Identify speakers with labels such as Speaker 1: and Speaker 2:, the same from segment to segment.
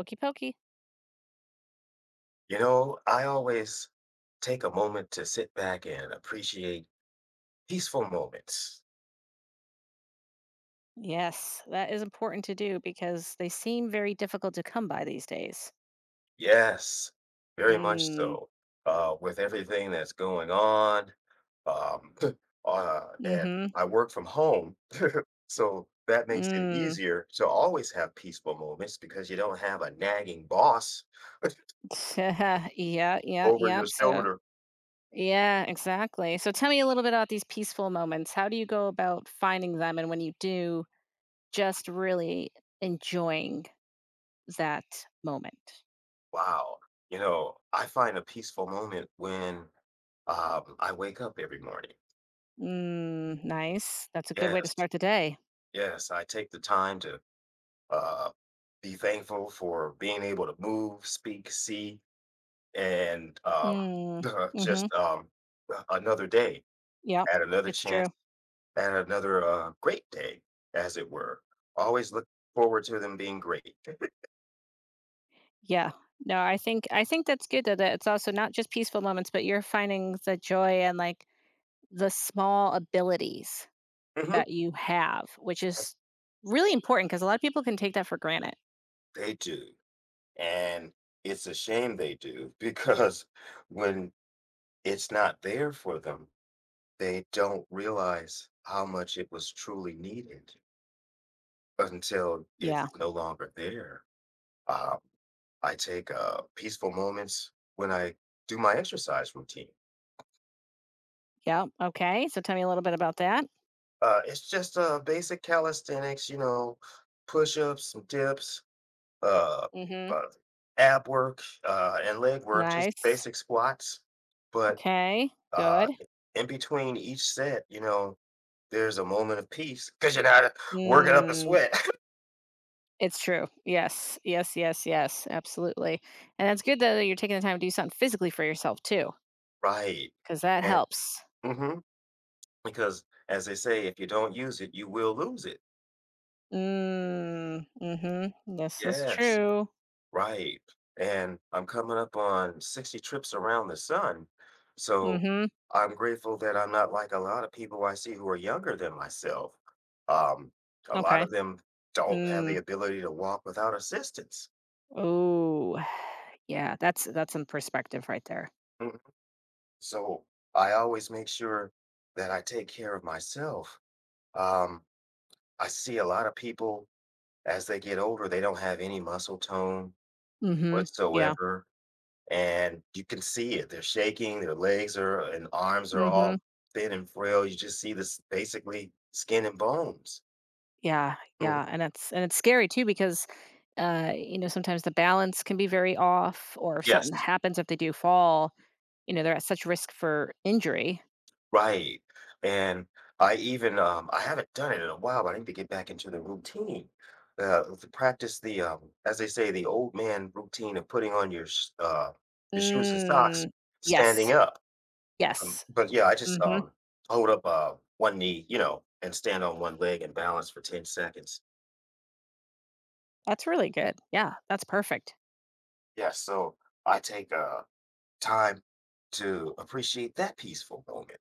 Speaker 1: Okie pokey.
Speaker 2: You know, I always take a moment to sit back and appreciate peaceful moments.
Speaker 1: Yes, that is important to do because they seem very difficult to come by these days.
Speaker 2: Yes, very much
Speaker 1: Mm.
Speaker 2: so. With everything that's going on, um, and
Speaker 1: Mm-hmm.
Speaker 2: I work from home, so that makes it
Speaker 1: Mm.
Speaker 2: easier to always have peaceful moments because you don't have a nagging boss
Speaker 1: yeah, yeah,
Speaker 2: over
Speaker 1: yeah.
Speaker 2: your
Speaker 1: So
Speaker 2: shoulder.
Speaker 1: yeah, exactly. So tell me a little bit about these peaceful moments. How do you go about finding them and when you do, just really enjoying that moment?
Speaker 2: Wow. You know, I find a peaceful moment when I wake up every morning.
Speaker 1: Mm, nice. That's a good way to
Speaker 2: Yes,
Speaker 1: start the day.
Speaker 2: yes, I take the time to Uh, be thankful for being able to move, speak, see, and
Speaker 1: Mm. Mm-hmm.
Speaker 2: just another day,
Speaker 1: Yep.
Speaker 2: at another
Speaker 1: It's
Speaker 2: chance,
Speaker 1: true.
Speaker 2: at another great day, as it were. Always look forward to them being great.
Speaker 1: Yeah. No, I think that's good that it's also not just peaceful moments, but you're finding the joy and like the small abilities
Speaker 2: Hmm.
Speaker 1: that you have, which is really important because a lot of people can take that for granted.
Speaker 2: They do. And it's a shame they do because when it's not there for them, they don't realize how much it was truly needed until it's
Speaker 1: Yeah.
Speaker 2: no longer there. Um, I take peaceful moments when I do my exercise routine.
Speaker 1: Yeah. Okay. So tell me a little bit about that.
Speaker 2: It's just basic calisthenics, you know, push-ups, some dips, uh,
Speaker 1: Mm hmm.
Speaker 2: uh, ab work, and leg work, just
Speaker 1: Nice.
Speaker 2: basic squats. But
Speaker 1: Okay.
Speaker 2: uh,
Speaker 1: Good.
Speaker 2: in between each set, you know, there's a moment of peace because you're not working up a
Speaker 1: Mm,
Speaker 2: sweat,
Speaker 1: it's true. Yes. Yes. Yes. Yes. Absolutely. And that's good that you're taking the time to do something physically for yourself too,
Speaker 2: right?
Speaker 1: because that
Speaker 2: And
Speaker 1: helps.
Speaker 2: mhm, because, as they say, if you don't use it, you will lose it.
Speaker 1: Mm, mhm. This is
Speaker 2: Yes.
Speaker 1: true.
Speaker 2: Right. And I'm coming up on 60 trips around the sun.
Speaker 1: Mm.
Speaker 2: So
Speaker 1: Mhm.
Speaker 2: I'm grateful that I'm not like a lot of people I see who are younger than myself. Um, a lot
Speaker 1: Okay.
Speaker 2: of them don't have the
Speaker 1: Mm.
Speaker 2: ability to walk without assistance.
Speaker 1: Ooh. Yeah, that's some perspective right there.
Speaker 2: Mm. So I always make sure that I take care of myself. Um, I see a lot of people as they get older, they don't have any muscle tone
Speaker 1: Mm. Mhm. Yeah.
Speaker 2: whatsoever. And you can see it. They're shaking, their legs are and arms are
Speaker 1: Mm.
Speaker 2: all
Speaker 1: Mhm.
Speaker 2: thin and frail. You just see this basically skin and bones.
Speaker 1: Yeah,
Speaker 2: Mhm.
Speaker 1: yeah, and it's scary too because you know, sometimes the balance can be very off, or if something
Speaker 2: Yes,
Speaker 1: happens, if they do fall, you know, they're at such risk for injury.
Speaker 2: right. And I even I haven't done it in a while, but I need to get back into the routine. To practice the as they say, the old man routine of putting on your your shoes and socks,
Speaker 1: Mm.
Speaker 2: standing
Speaker 1: Yes.
Speaker 2: up. Um,
Speaker 1: Yes.
Speaker 2: but yeah, I
Speaker 1: Mm.
Speaker 2: just
Speaker 1: Mhm.
Speaker 2: hold up one knee, you know, and stand on one leg and balance for 10 seconds.
Speaker 1: That's really good. Yeah, that's perfect.
Speaker 2: Yeah, so I take time to appreciate that peaceful moment.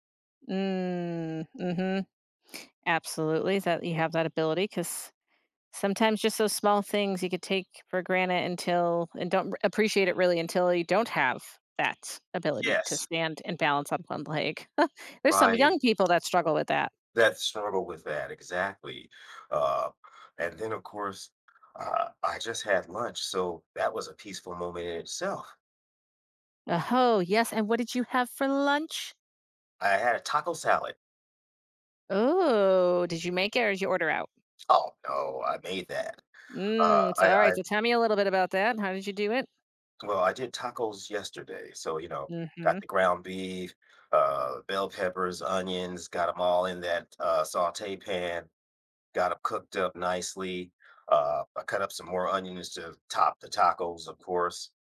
Speaker 1: Mm. Mhm. Absolutely, that you have that ability, because sometimes just those small things you could take for granted until and don't r appreciate it really until you don't have that ability to
Speaker 2: Yes.
Speaker 1: stand and balance on one leg. There's some
Speaker 2: Right.
Speaker 1: young people that struggle with that.
Speaker 2: That struggle with that, exactly. Uh, and then, of course, I just had lunch, so that was a peaceful moment in itself.
Speaker 1: Oh, yes, and what did you have for lunch?
Speaker 2: I had a taco salad.
Speaker 1: Oh, did you make it or did you order out?
Speaker 2: Oh no, I made that.
Speaker 1: Mm, so, alright,
Speaker 2: I
Speaker 1: so tell me a little bit about that. How did you do it?
Speaker 2: Well, I did tacos yesterday, so you know, got
Speaker 1: Mhm.
Speaker 2: the ground beef, bell peppers, onions, got them all in that saute pan, got them cooked up nicely. I cut up some more onions to top the tacos, of course.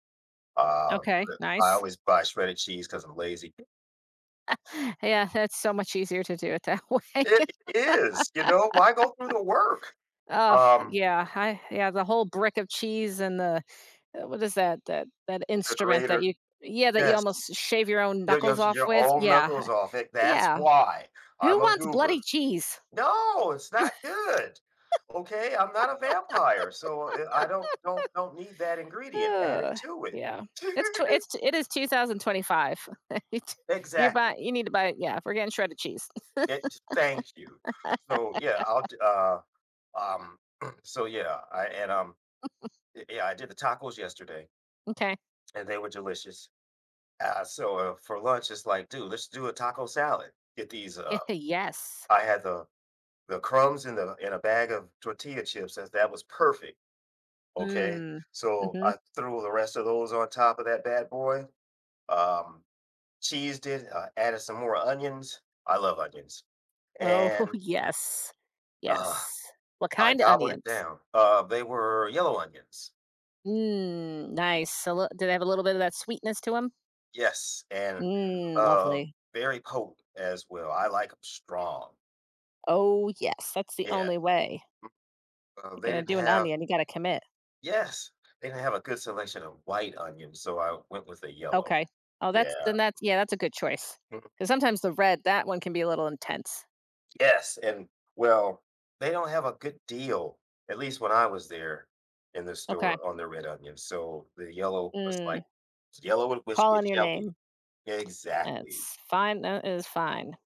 Speaker 2: Uh,
Speaker 1: Okay,
Speaker 2: I
Speaker 1: nice.
Speaker 2: always buy shredded cheese because I'm lazy.
Speaker 1: Yeah, that's so much easier to do it that way.
Speaker 2: It is, you know, why go through the work?
Speaker 1: Oh
Speaker 2: Um,
Speaker 1: yeah, I yeah, the whole brick of cheese and the what is that that
Speaker 2: the
Speaker 1: instrument that
Speaker 2: grater,
Speaker 1: you yeah, that you
Speaker 2: yes,
Speaker 1: almost shave your own
Speaker 2: your your
Speaker 1: knuckles off
Speaker 2: your
Speaker 1: with?
Speaker 2: own
Speaker 1: Yeah.
Speaker 2: knuckles off. That's
Speaker 1: Yeah.
Speaker 2: why
Speaker 1: Who
Speaker 2: I'm a
Speaker 1: wants bloody
Speaker 2: goober.
Speaker 1: cheese?
Speaker 2: No, it's not good. Okay, I'm not a vampire, so I don't need that ingredient added
Speaker 1: Ugh,
Speaker 2: to it.
Speaker 1: yeah. It's tw it's It is 2025.
Speaker 2: Exactly.
Speaker 1: You need to buy yeah, we're getting shredded cheese.
Speaker 2: It, thank you. So, yeah, I'll d um, so, yeah, I and, y yeah, I did the tacos yesterday,
Speaker 1: Okay.
Speaker 2: and they were delicious. So, for lunch, it's like, "Dude, let's do a taco salad." Get these,
Speaker 1: Yes.
Speaker 2: I had the crumbs in the in a bag of tortilla chips, as that was perfect, okay?
Speaker 1: Mm.
Speaker 2: So,
Speaker 1: Mhm.
Speaker 2: I threw the rest of those on top of that bad boy, um, cheesed it, added some more onions, I love onions,
Speaker 1: Oh,
Speaker 2: and
Speaker 1: yes.
Speaker 2: uh
Speaker 1: Yes. What
Speaker 2: I
Speaker 1: kind of
Speaker 2: gobbled
Speaker 1: onions?
Speaker 2: it down. They were yellow onions.
Speaker 1: Mm, nice. A lit do they have a little bit of that sweetness to them.
Speaker 2: Yes, and
Speaker 1: Mm,
Speaker 2: uh,
Speaker 1: lovely.
Speaker 2: very potent as well. I like them strong.
Speaker 1: Oh, yes, that's the
Speaker 2: Yeah,
Speaker 1: only way. You're
Speaker 2: they
Speaker 1: gonna
Speaker 2: didn't
Speaker 1: do an
Speaker 2: have
Speaker 1: onion, you gotta commit.
Speaker 2: yes, they didn't have a good selection of white onions, so I went with a yellow.
Speaker 1: Okay. Oh, that's
Speaker 2: Yeah.
Speaker 1: then that's yeah, that's a good choice.
Speaker 2: Mhm.
Speaker 1: Because sometimes the red, that one can be a little intense.
Speaker 2: Yes, and, well, they don't have a good deal, at least when I was there in the
Speaker 1: Okay.
Speaker 2: store on the red onions, so the yellow was
Speaker 1: Mm,
Speaker 2: like, "Yellow it which
Speaker 1: call on
Speaker 2: it
Speaker 1: your
Speaker 2: shall be."
Speaker 1: name.
Speaker 2: Exactly.
Speaker 1: That's fine, that is fine.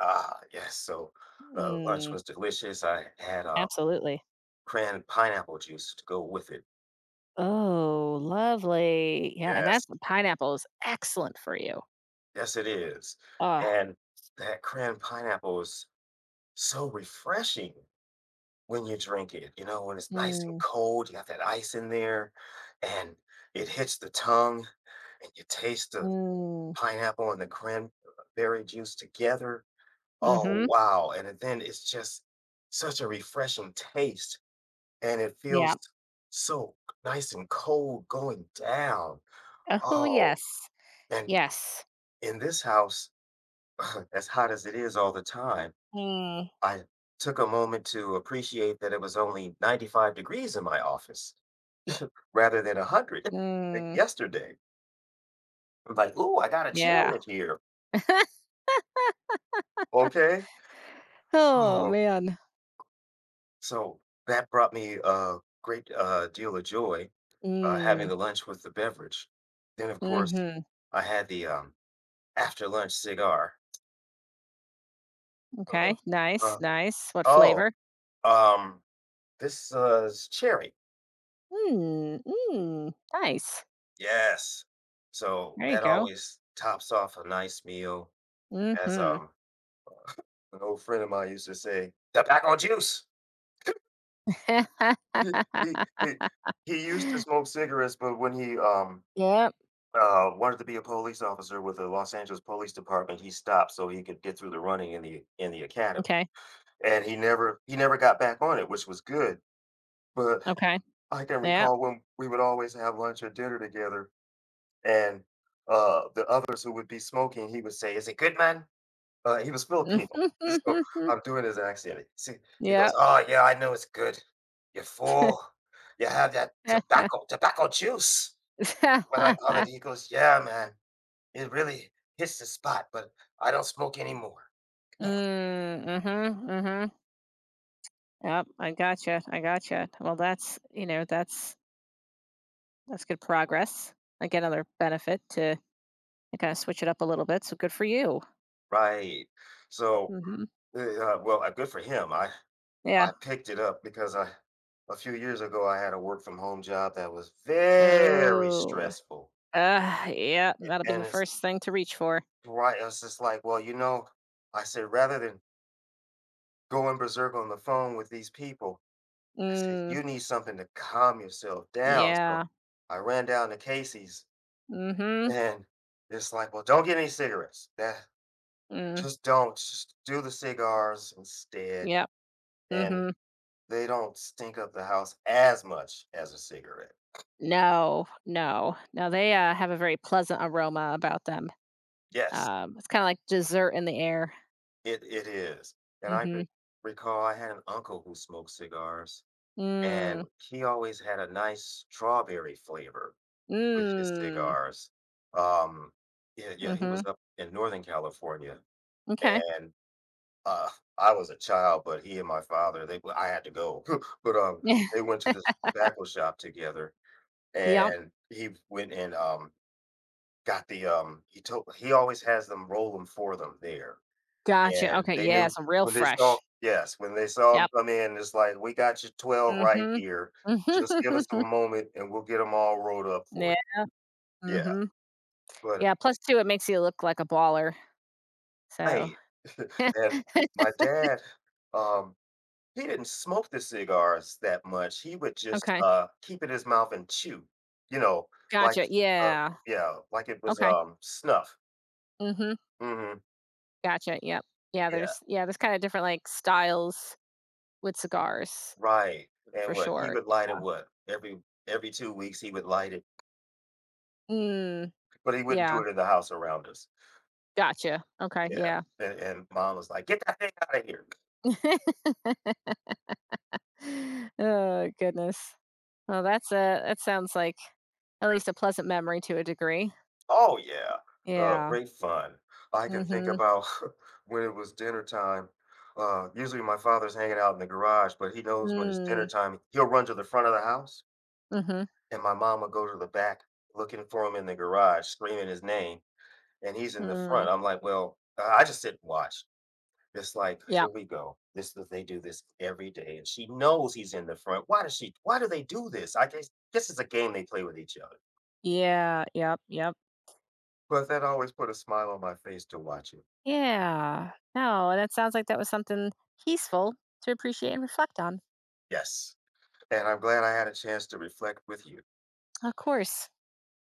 Speaker 2: Ah, yes. So lunch
Speaker 1: Mm,
Speaker 2: was delicious. I had
Speaker 1: absolutely.
Speaker 2: cran pineapple juice to go with it.
Speaker 1: Oh, lovely. Yeah, and that
Speaker 2: Yes,
Speaker 1: pineapple is excellent for you.
Speaker 2: yes, it is.
Speaker 1: Ah,
Speaker 2: And that cran pineapple is so refreshing when you drink it. You know, when it's nice and
Speaker 1: mm,
Speaker 2: cold, you got that ice in there, and it hits the tongue, and you taste the
Speaker 1: mm,
Speaker 2: pineapple and the cranberry juice together. Oh,
Speaker 1: mhm.
Speaker 2: wow. And then it's just such a refreshing taste. And it
Speaker 1: Yeah.
Speaker 2: feels so nice and cold going down.
Speaker 1: Oh,
Speaker 2: Oh,
Speaker 1: yes.
Speaker 2: and
Speaker 1: Yes.
Speaker 2: in this house, as hot as it is all the time,
Speaker 1: Mm,
Speaker 2: I took a moment to appreciate that it was only 95 degrees in my office rather than 100 like
Speaker 1: mm,
Speaker 2: yesterday. I'm like, "Ooh, I gotta chill
Speaker 1: yeah.
Speaker 2: in here." Okay?
Speaker 1: Oh
Speaker 2: Oh,
Speaker 1: man.
Speaker 2: so that brought me a great, deal of joy, having
Speaker 1: Mm.
Speaker 2: the lunch with the beverage. Then, of course,
Speaker 1: Mm-hmm.
Speaker 2: I had the, after lunch cigar. Uh,
Speaker 1: Okay. Nice.
Speaker 2: uh,
Speaker 1: Nice. What
Speaker 2: oh,
Speaker 1: flavor?
Speaker 2: um, this is cherry.
Speaker 1: Mm. Mm. Nice.
Speaker 2: Yes. So
Speaker 1: There you
Speaker 2: that
Speaker 1: go.
Speaker 2: always tops off a nice meal. As
Speaker 1: Mm-hmm.
Speaker 2: an old friend of mine used to say, tobacco juice. He, he, he, he used to smoke cigarettes, but when he
Speaker 1: Yep.
Speaker 2: wanted to be a police officer with the Los Angeles Police Department, he stopped so he could get through the running in the academy.
Speaker 1: Okay.
Speaker 2: And he never got back on it, which was good. But
Speaker 1: Okay.
Speaker 2: I can
Speaker 1: Yeah.
Speaker 2: recall when we would always have lunch or dinner together. And the others who would be smoking, he would say, "Is it good, man?" He was
Speaker 1: Mm
Speaker 2: Filipino, so
Speaker 1: hmm.
Speaker 2: I'm doing his accent. See, he goes,
Speaker 1: Yep.
Speaker 2: "Oh yeah, I know it's good. You fool, you have that tobacco tobacco juice." What I call it, he goes, "Yeah, man, it really hits the spot, but I don't smoke anymore."
Speaker 1: Mm, mhm, mhm. Yep, I gotcha. I gotcha. Well, that's, you know, that's good progress. Like another benefit to kind of switch it up a little bit. So good for you.
Speaker 2: Right. So,
Speaker 1: Mhm.
Speaker 2: well, good for him.
Speaker 1: Yeah.
Speaker 2: I picked it up because I a few years ago I had a work from home job that was very
Speaker 1: Oh.
Speaker 2: stressful.
Speaker 1: Yeah,
Speaker 2: A-
Speaker 1: that'll be the
Speaker 2: and it
Speaker 1: first thing to reach for.
Speaker 2: Right. I was just like, well, you know, I said, rather than going berserk on the phone with these people, I said,
Speaker 1: Mm,
Speaker 2: you need something to calm yourself down.
Speaker 1: yeah.
Speaker 2: So I ran down to Casey's
Speaker 1: Mm. Mhm.
Speaker 2: and it's like, well, don't get any cigarettes. That,
Speaker 1: Mm,
Speaker 2: just don't. Just do the cigars instead.
Speaker 1: yep.
Speaker 2: And
Speaker 1: Mhm.
Speaker 2: they don't stink up the house as much as a cigarette.
Speaker 1: No, no. No, they, have a very pleasant aroma about them.
Speaker 2: Yes,
Speaker 1: It's kinda like dessert in the air.
Speaker 2: it is. And
Speaker 1: Mhm.
Speaker 2: recall I had an uncle who smoked cigars and
Speaker 1: Mm.
Speaker 2: he always had a nice strawberry flavor with his
Speaker 1: Mm. Mm.
Speaker 2: cigars. Um, yeah, yeah, he was
Speaker 1: Mhm.
Speaker 2: up in Northern California,
Speaker 1: Okay.
Speaker 2: and uh, I was a child, but he and my father, they I had to go, but
Speaker 1: Yeah.
Speaker 2: they went to this tobacco shop together,
Speaker 1: Yep.
Speaker 2: and he went and got the he told he always has them roll them for them there.
Speaker 1: Gotcha.
Speaker 2: And
Speaker 1: Okay,
Speaker 2: they
Speaker 1: yeah,
Speaker 2: knew
Speaker 1: some real
Speaker 2: when they saw,
Speaker 1: fresh.
Speaker 2: yes, when they saw him
Speaker 1: Yep.
Speaker 2: come in, it's like, "We got your 12 right
Speaker 1: Mm.
Speaker 2: here.
Speaker 1: Mhm.
Speaker 2: Just give us a moment, and we'll get them all rolled up
Speaker 1: Yeah.
Speaker 2: for you."
Speaker 1: Mm.
Speaker 2: Yeah,
Speaker 1: Mhm.
Speaker 2: but,
Speaker 1: Yeah, plus two, it makes you look like a baller, so
Speaker 2: hey, and my dad, um, he didn't smoke the cigars that much, he would just,
Speaker 1: okay.
Speaker 2: keep it in his mouth and chew, you know, like,
Speaker 1: Gotcha.
Speaker 2: uh
Speaker 1: Yeah.
Speaker 2: yeah, like it was,
Speaker 1: Okay.
Speaker 2: snuff.
Speaker 1: Mhm.
Speaker 2: Mhm,
Speaker 1: Gotcha. Yep.
Speaker 2: yeah,
Speaker 1: Yeah, there's kinda different, like, styles with cigars
Speaker 2: right, and
Speaker 1: for
Speaker 2: what, he
Speaker 1: sure.
Speaker 2: would light it, what, every 2 weeks, he would light it.
Speaker 1: Mm.
Speaker 2: But he wouldn't do
Speaker 1: Yeah.
Speaker 2: it in the house around us.
Speaker 1: Gotcha. Okay.
Speaker 2: Yeah.
Speaker 1: Yeah.
Speaker 2: And mom was like, "Get that thing out of here."
Speaker 1: Oh, goodness. Well, that's a that sounds like at least a pleasant memory to a degree.
Speaker 2: Oh, yeah.
Speaker 1: Yeah.
Speaker 2: Great fun. I can think
Speaker 1: Mhm.
Speaker 2: about when it was dinner time. Usually my father's hanging out in the garage, but he knows when it's dinner
Speaker 1: Mm.
Speaker 2: time, he'll run to the front of the house,
Speaker 1: Mhm.
Speaker 2: and my mom will go to the back looking for him in the garage, screaming his name, and he's in the
Speaker 1: Mm.
Speaker 2: front. I'm like, "Well, I just sit and watch." It's like,
Speaker 1: Yep.
Speaker 2: here we go. This is they do this every day, and she knows he's in the front. Why does she? Why do they do this? I guess this is a game they play with each other.
Speaker 1: Yeah. Yep. Yep.
Speaker 2: But that always put a smile on my face to watch it.
Speaker 1: Yeah. No, and it sounds like that was something peaceful to appreciate and reflect on.
Speaker 2: Yes, and I'm glad I had a chance to reflect with you.
Speaker 1: Of course.